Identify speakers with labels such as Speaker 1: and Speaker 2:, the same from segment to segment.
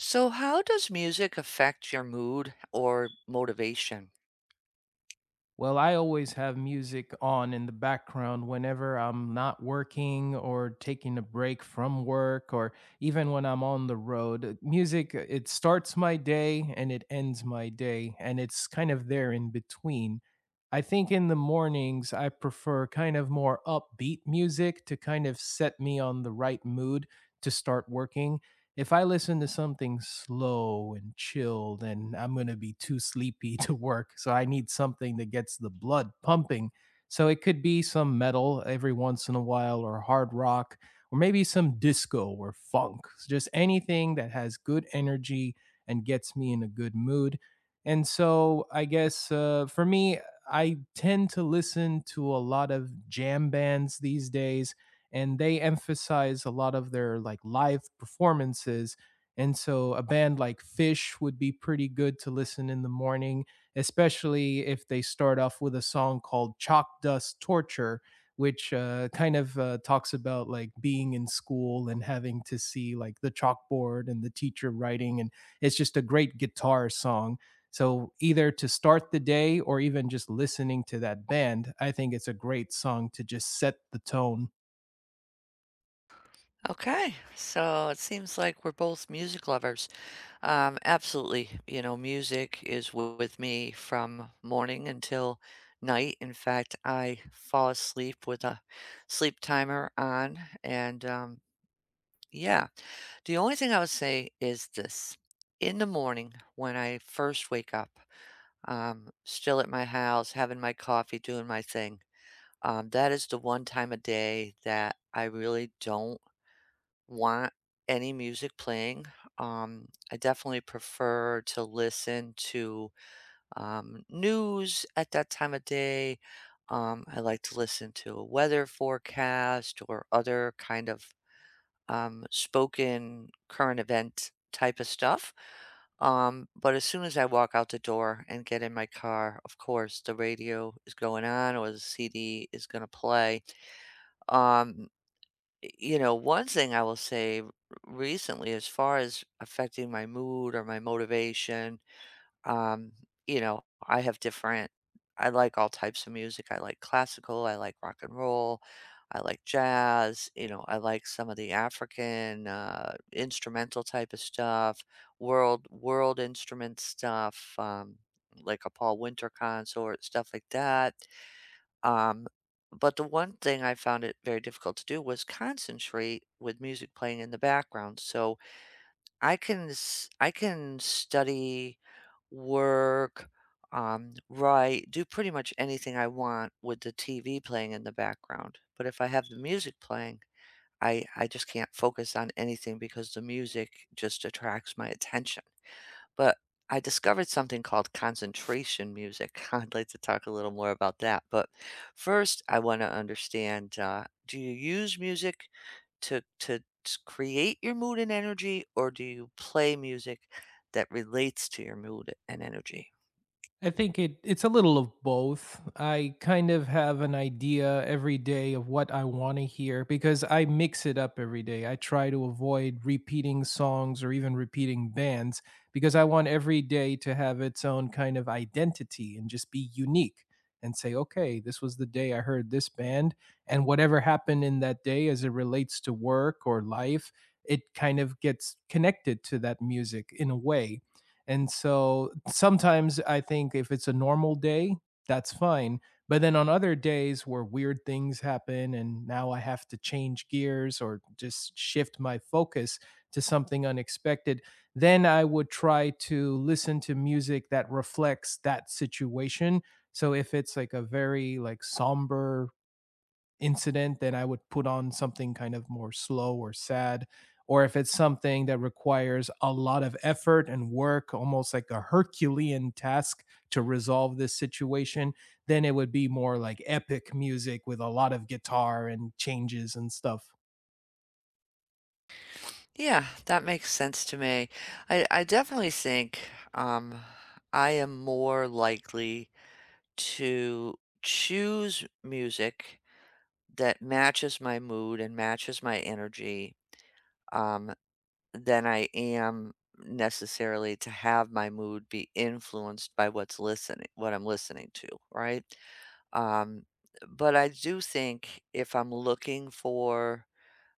Speaker 1: So, how does music affect your mood or motivation?
Speaker 2: Well, I always have music on in the background whenever I'm not working or taking a break from work or even when I'm on the road. Music, it starts my day and it ends my day, and it's kind of there in between. I think in the mornings I prefer kind of more upbeat music to kind of set me on the right mood to start working. If I listen to something slow and chill, then I'm going to be too sleepy to work. So I need something that gets the blood pumping. So it could be some metal every once in a while or hard rock or maybe some disco or funk. Just anything that has good energy and gets me in a good mood. And so I guess for me, I tend to listen to a lot of jam bands these days, and they emphasize a lot of their like live performances. And so a band like Fish would be pretty good to listen in the morning, especially if they start off with a song called Chalk Dust Torture, which kind of talks about like being in school and having to see like the chalkboard and the teacher writing. And it's just a great guitar song. So either to start the day or even just listening to that band, I think it's a great song to just set the tone.
Speaker 1: Okay, so it seems like we're both music lovers. Absolutely. You know, music is with me from morning until night. In fact, I fall asleep with a sleep timer on. Yeah, the only thing I would say is this. In the morning, when I first wake up, still at my house, having my coffee, doing my thing. That is the one time a day that I really don't want any music playing. I definitely prefer to listen to news at that time of day. I like to listen to a weather forecast or other kind of spoken current event type of stuff. But as soon as I walk out the door and get in my car, of course, the radio is going on or the CD is going to play. um, one thing I will say, r recently, as far as affecting my mood or my motivation, um, you know, I have different I like all types of music. I like classical, I like rock and roll, I like jazz. You know, I like some of the African, instrumental type of stuff, world instrument stuff, like a Paul Winter Consort, stuff like that. Um, but the one thing I found it very difficult to do was concentrate with music playing in the background. So I can I can study, work, write, do pretty much anything I want with the TV playing in the background. But if I have the music playing, I just can't focus on anything because the music just attracts my attention. But I discovered something called concentration music. I'd like to talk a little more about that. But first, I want to understand, do you use music to create your mood and energy, or do you play music that relates to your mood and energy?
Speaker 2: I think it's a little of both. I kind of have an idea every day of what I want to hear because I mix it up every day. I try to avoid repeating songs or even repeating bands because I want every day to have its own kind of identity and just be unique and say, "Okay, this was the day I heard this band and whatever happened in that day as it relates to work or life, it kind of gets connected to that music in a way." And so sometimes I think if it's a normal day, that's fine. But then on other days where weird things happen and now I have to change gears or just shift my focus to something unexpected, then I would try to listen to music that reflects that situation. So if it's like a very like somber incident, then I would put on something kind of more slow or sad. Or if it's something that requires a lot of effort and work, almost like a Herculean task to resolve this situation, then it would be more like epic music with a lot of guitar and changes and stuff.
Speaker 1: Yeah, that makes sense to me. I definitely think um, I am more likely to choose music that matches my mood and matches my energy, um, than I am necessarily to have my mood be influenced by what I'm listening to, right? Um, but I do think if I'm looking for,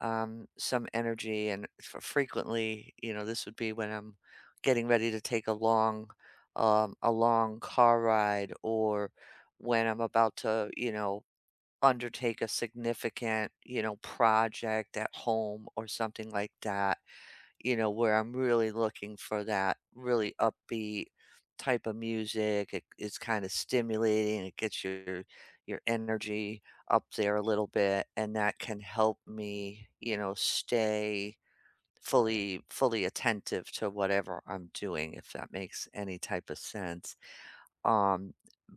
Speaker 1: some energy. And f frequently, you know, this would be when I'm getting ready to take a long car ride, or when I'm about to, you know, undertake a significant, you know, project at home or something like that, you know, where I'm really looking for that really upbeat type of music. It's kind of stimulating. It gets your energy up there a little bit, and that can help me, you know, stay fully attentive to whatever I'm doing, if that makes any type of sense. Um,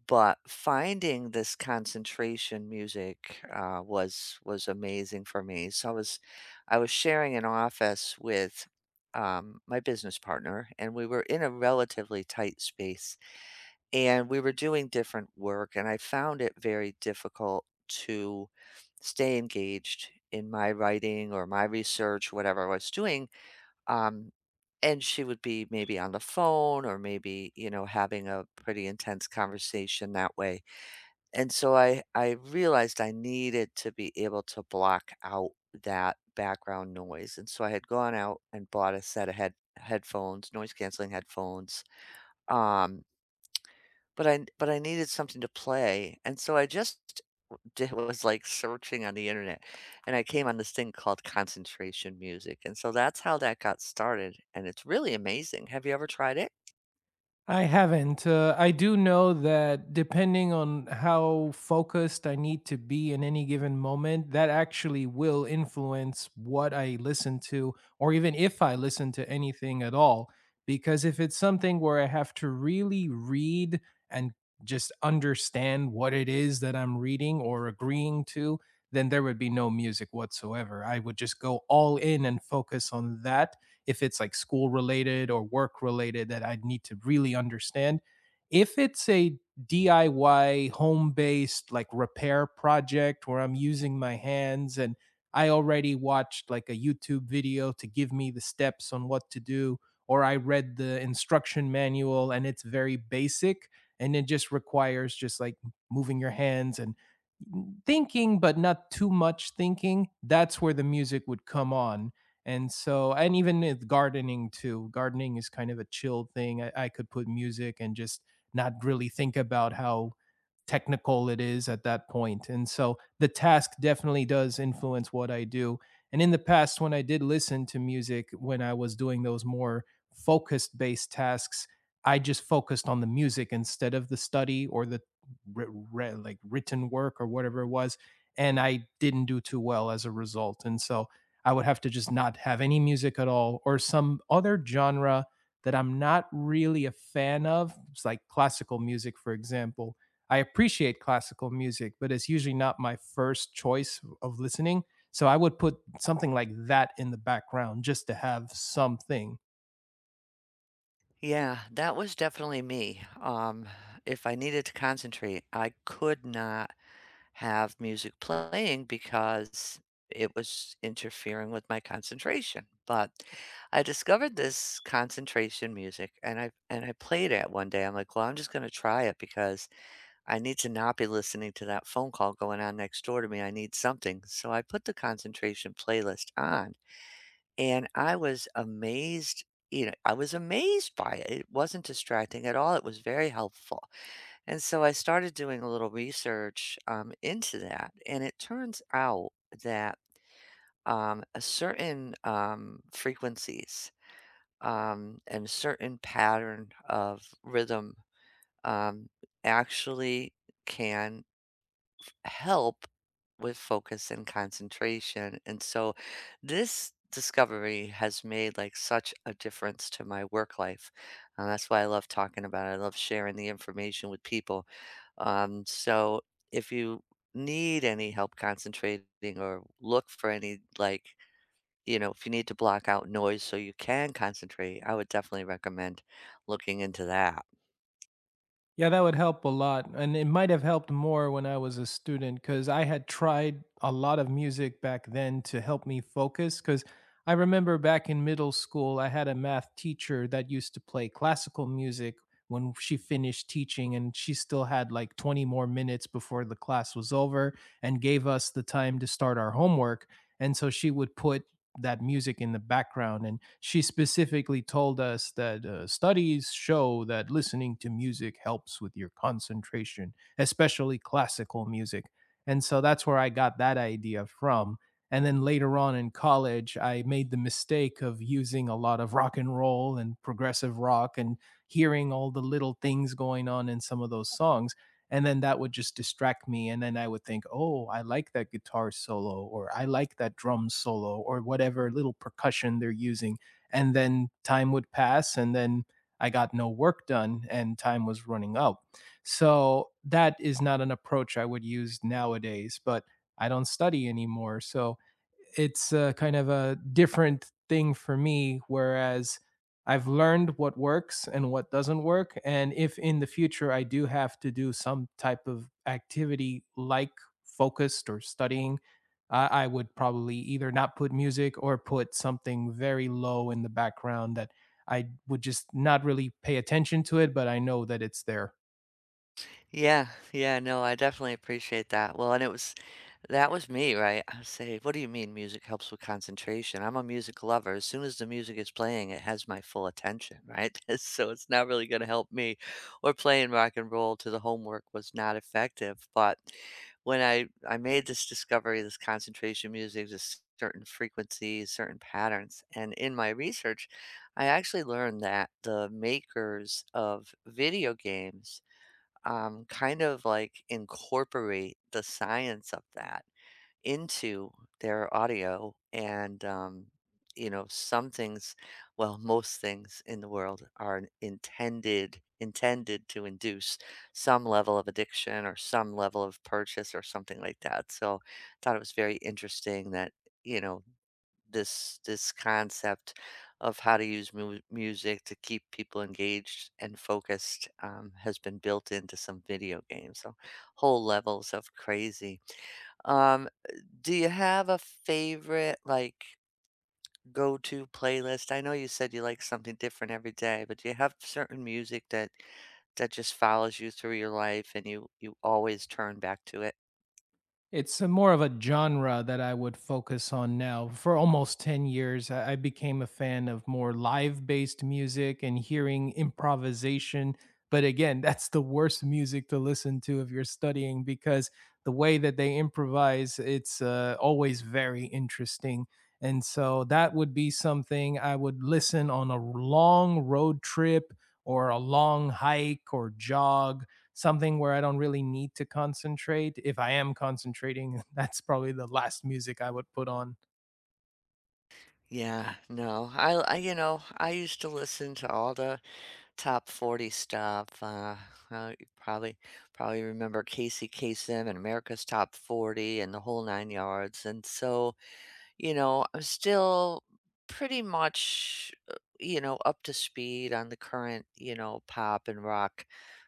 Speaker 1: but finding this concentration music, was amazing for me. So I was sharing an office with, my business partner, and we were in a relatively tight space, and we were doing different work, and I found it very difficult to stay engaged in my writing or my research, whatever I was doing. um, and she would be maybe on the phone or maybe, you know, having a pretty intense conversation that way. And so I realized I needed to be able to block out that background noise. And so I had gone out and bought a set of headphones, noise canceling headphones. Um, but I needed something to play. And so I just It was like searching on the internet, and I came on this thing called concentration music, and so that's how that got started, and it's really amazing. Have you ever tried it?
Speaker 2: I haven't. I do know that depending on how focused I need to be in any given moment, that actually will influence what I listen to, or even if I listen to anything at all. Because if it's something where I have to really read and just understand what it is that I'm reading or agreeing to, then there would be no music whatsoever. I would just go all in and focus on that if it's like school related or work related that I need to really understand. If it's a DIY home based like repair project where I'm using my hands and I already watched like a YouTube video to give me the steps on what to do, or I read the instruction manual and it's very basic and it just requires just like moving your hands and thinking, but not too much thinking. That's where the music would come on. And so, and even with gardening too, gardening is kind of a chill thing. I could put music and just not really think about how technical it is at that point. And so the task definitely does influence what I do. And in the past, when I did listen to music, when I was doing those more focused based tasks, I just focused on the music instead of the study or the re- like written work or whatever it was. And I didn't do too well as a result. And so I would have to just not have any music at all or some other genre that I'm not really a fan of. It's like classical music, for example. I appreciate classical music, but it's usually not my first choice of listening. So I would put something like that in the background just to have something.
Speaker 1: Yeah, that was definitely me. If I needed to concentrate, I could not have music playing because it was interfering with my concentration. But I discovered this concentration music, and I played it one day. I'm like, well, I'm just going to try it because I need to not be listening to that phone call going on next door to me. I need something. So I put the concentration playlist on and I was amazed. You know, I was amazed by it. It wasn't distracting at all. It was very helpful. And so I started doing a little research into that. And it turns out that a certain frequencies and certain pattern of rhythm um, actually can help with focus and concentration. And so this discovery has made like such a difference to my work life. And that's why I love talking about it. I love sharing the information with people. So if you need any help concentrating or look for any, like, you know, if you need to block out noise so you can concentrate, I would definitely recommend looking into that.
Speaker 2: Yeah, that would help a lot. And it might have helped more when I was a student because I had tried a lot of music back then to help me focus. Because I remember back in middle school, I had a math teacher that used to play classical music when she finished teaching, and she still had like 20 more minutes before the class was over and gave us the time to start our homework. And so she would put that music in the background, and she specifically told us that studies show that listening to music helps with your concentration, especially classical music. And so that's where I got that idea from. And then later on in college, I made the mistake of using a lot of rock and roll and progressive rock and hearing all the little things going on in some of those songs, and then that would just distract me. And then I would think, oh, I like that guitar solo or I like that drum solo or whatever little percussion they're using. And then time would pass, and then I got no work done and time was running out. So that is not an approach I would use nowadays. But I don't study anymore, so it's a kind of a different thing for me, whereas I've learned what works and what doesn't work. And if in the future I do have to do some type of activity like focused or studying, I would probably either not put music or put something very low in the background that I would just not really pay attention to it, but I know that it's there.
Speaker 1: Yeah yeah No, I definitely appreciate that well and it was That was me, right? I would say, "What do you mean music helps with concentration?" I'm a music lover. As soon as the music is playing, it has my full attention, right? So it's not really gonna help me, or playing rock and roll to the homework was not effective. But when I made this discovery, this concentration music, this certain frequencies, certain patterns, and in my research, I actually learned that the makers of video games, kind of, like, incorporate the science of that into their audio. And You know, some things, well, most things in the world are intended to induce some level of addiction or some level of purchase or something like that. So I thought it was very interesting that, you know, this concept of how to use music to keep people engaged and focused has been built into some video games. So whole levels of crazy. um, do you have a favorite, like, go-to playlist? I know you said you like something different every day, but do you have certain music that just follows you through your life and you always turn back to it?
Speaker 2: It's a more of a genre that I would focus on now. For almost 10 years, I became a fan of more live-based music and hearing improvisation. But again, that's the worst music to listen to if you're studying because the way that they improvise, it's always very interesting. And so that would be something I would listen on a long road trip or a long hike or jog, something where I don't really need to concentrate. If I am concentrating, that's probably the last music I would put on.
Speaker 1: Yeah, no. I, you know, I used to listen to all the top 40 stuff. You probably remember Casey Kasem and America's Top 40 and the whole nine yards. And so You know, I'm still pretty much, you know, up to speed on the current, you know, pop and rock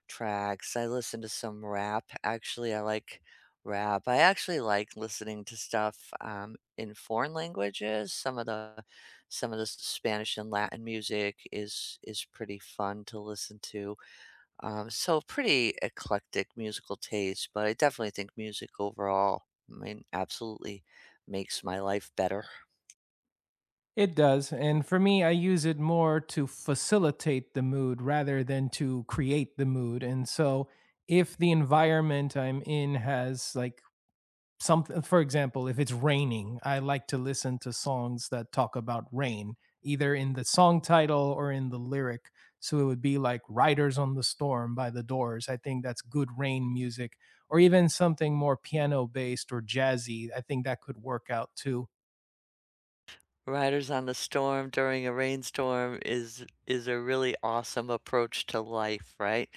Speaker 1: tracks. I listen to some rap. Actually, I like rap. I actually like listening to stuff in foreign languages. Some of the Spanish and Latin music is pretty fun to listen to. So pretty eclectic musical taste, but I definitely think music overall, I mean, absolutely makes my life better.
Speaker 2: It does. And for me, I use it more to facilitate the mood rather than to create the mood. And so if the environment I'm in has like something, for example, if it's raining, I like to listen to songs that talk about rain, either in the song title or in the lyric. So it would be like Riders on the Storm by The Doors. I think that's good rain music. Or even something more piano based or jazzy, I think that could work out too.
Speaker 1: Riders on the Storm during a rainstorm is a really awesome approach to life, right?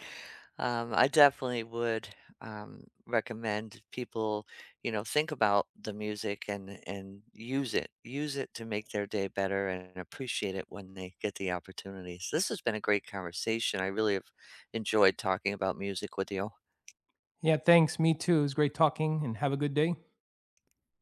Speaker 1: I definitely would recommend people, you know, think about the music and use it to make their day better, and appreciate it when they get the opportunities. This has been a great conversation. I really have enjoyed talking about music with you.
Speaker 2: Yeah, thanks, me too. It was great talking, and have a good day.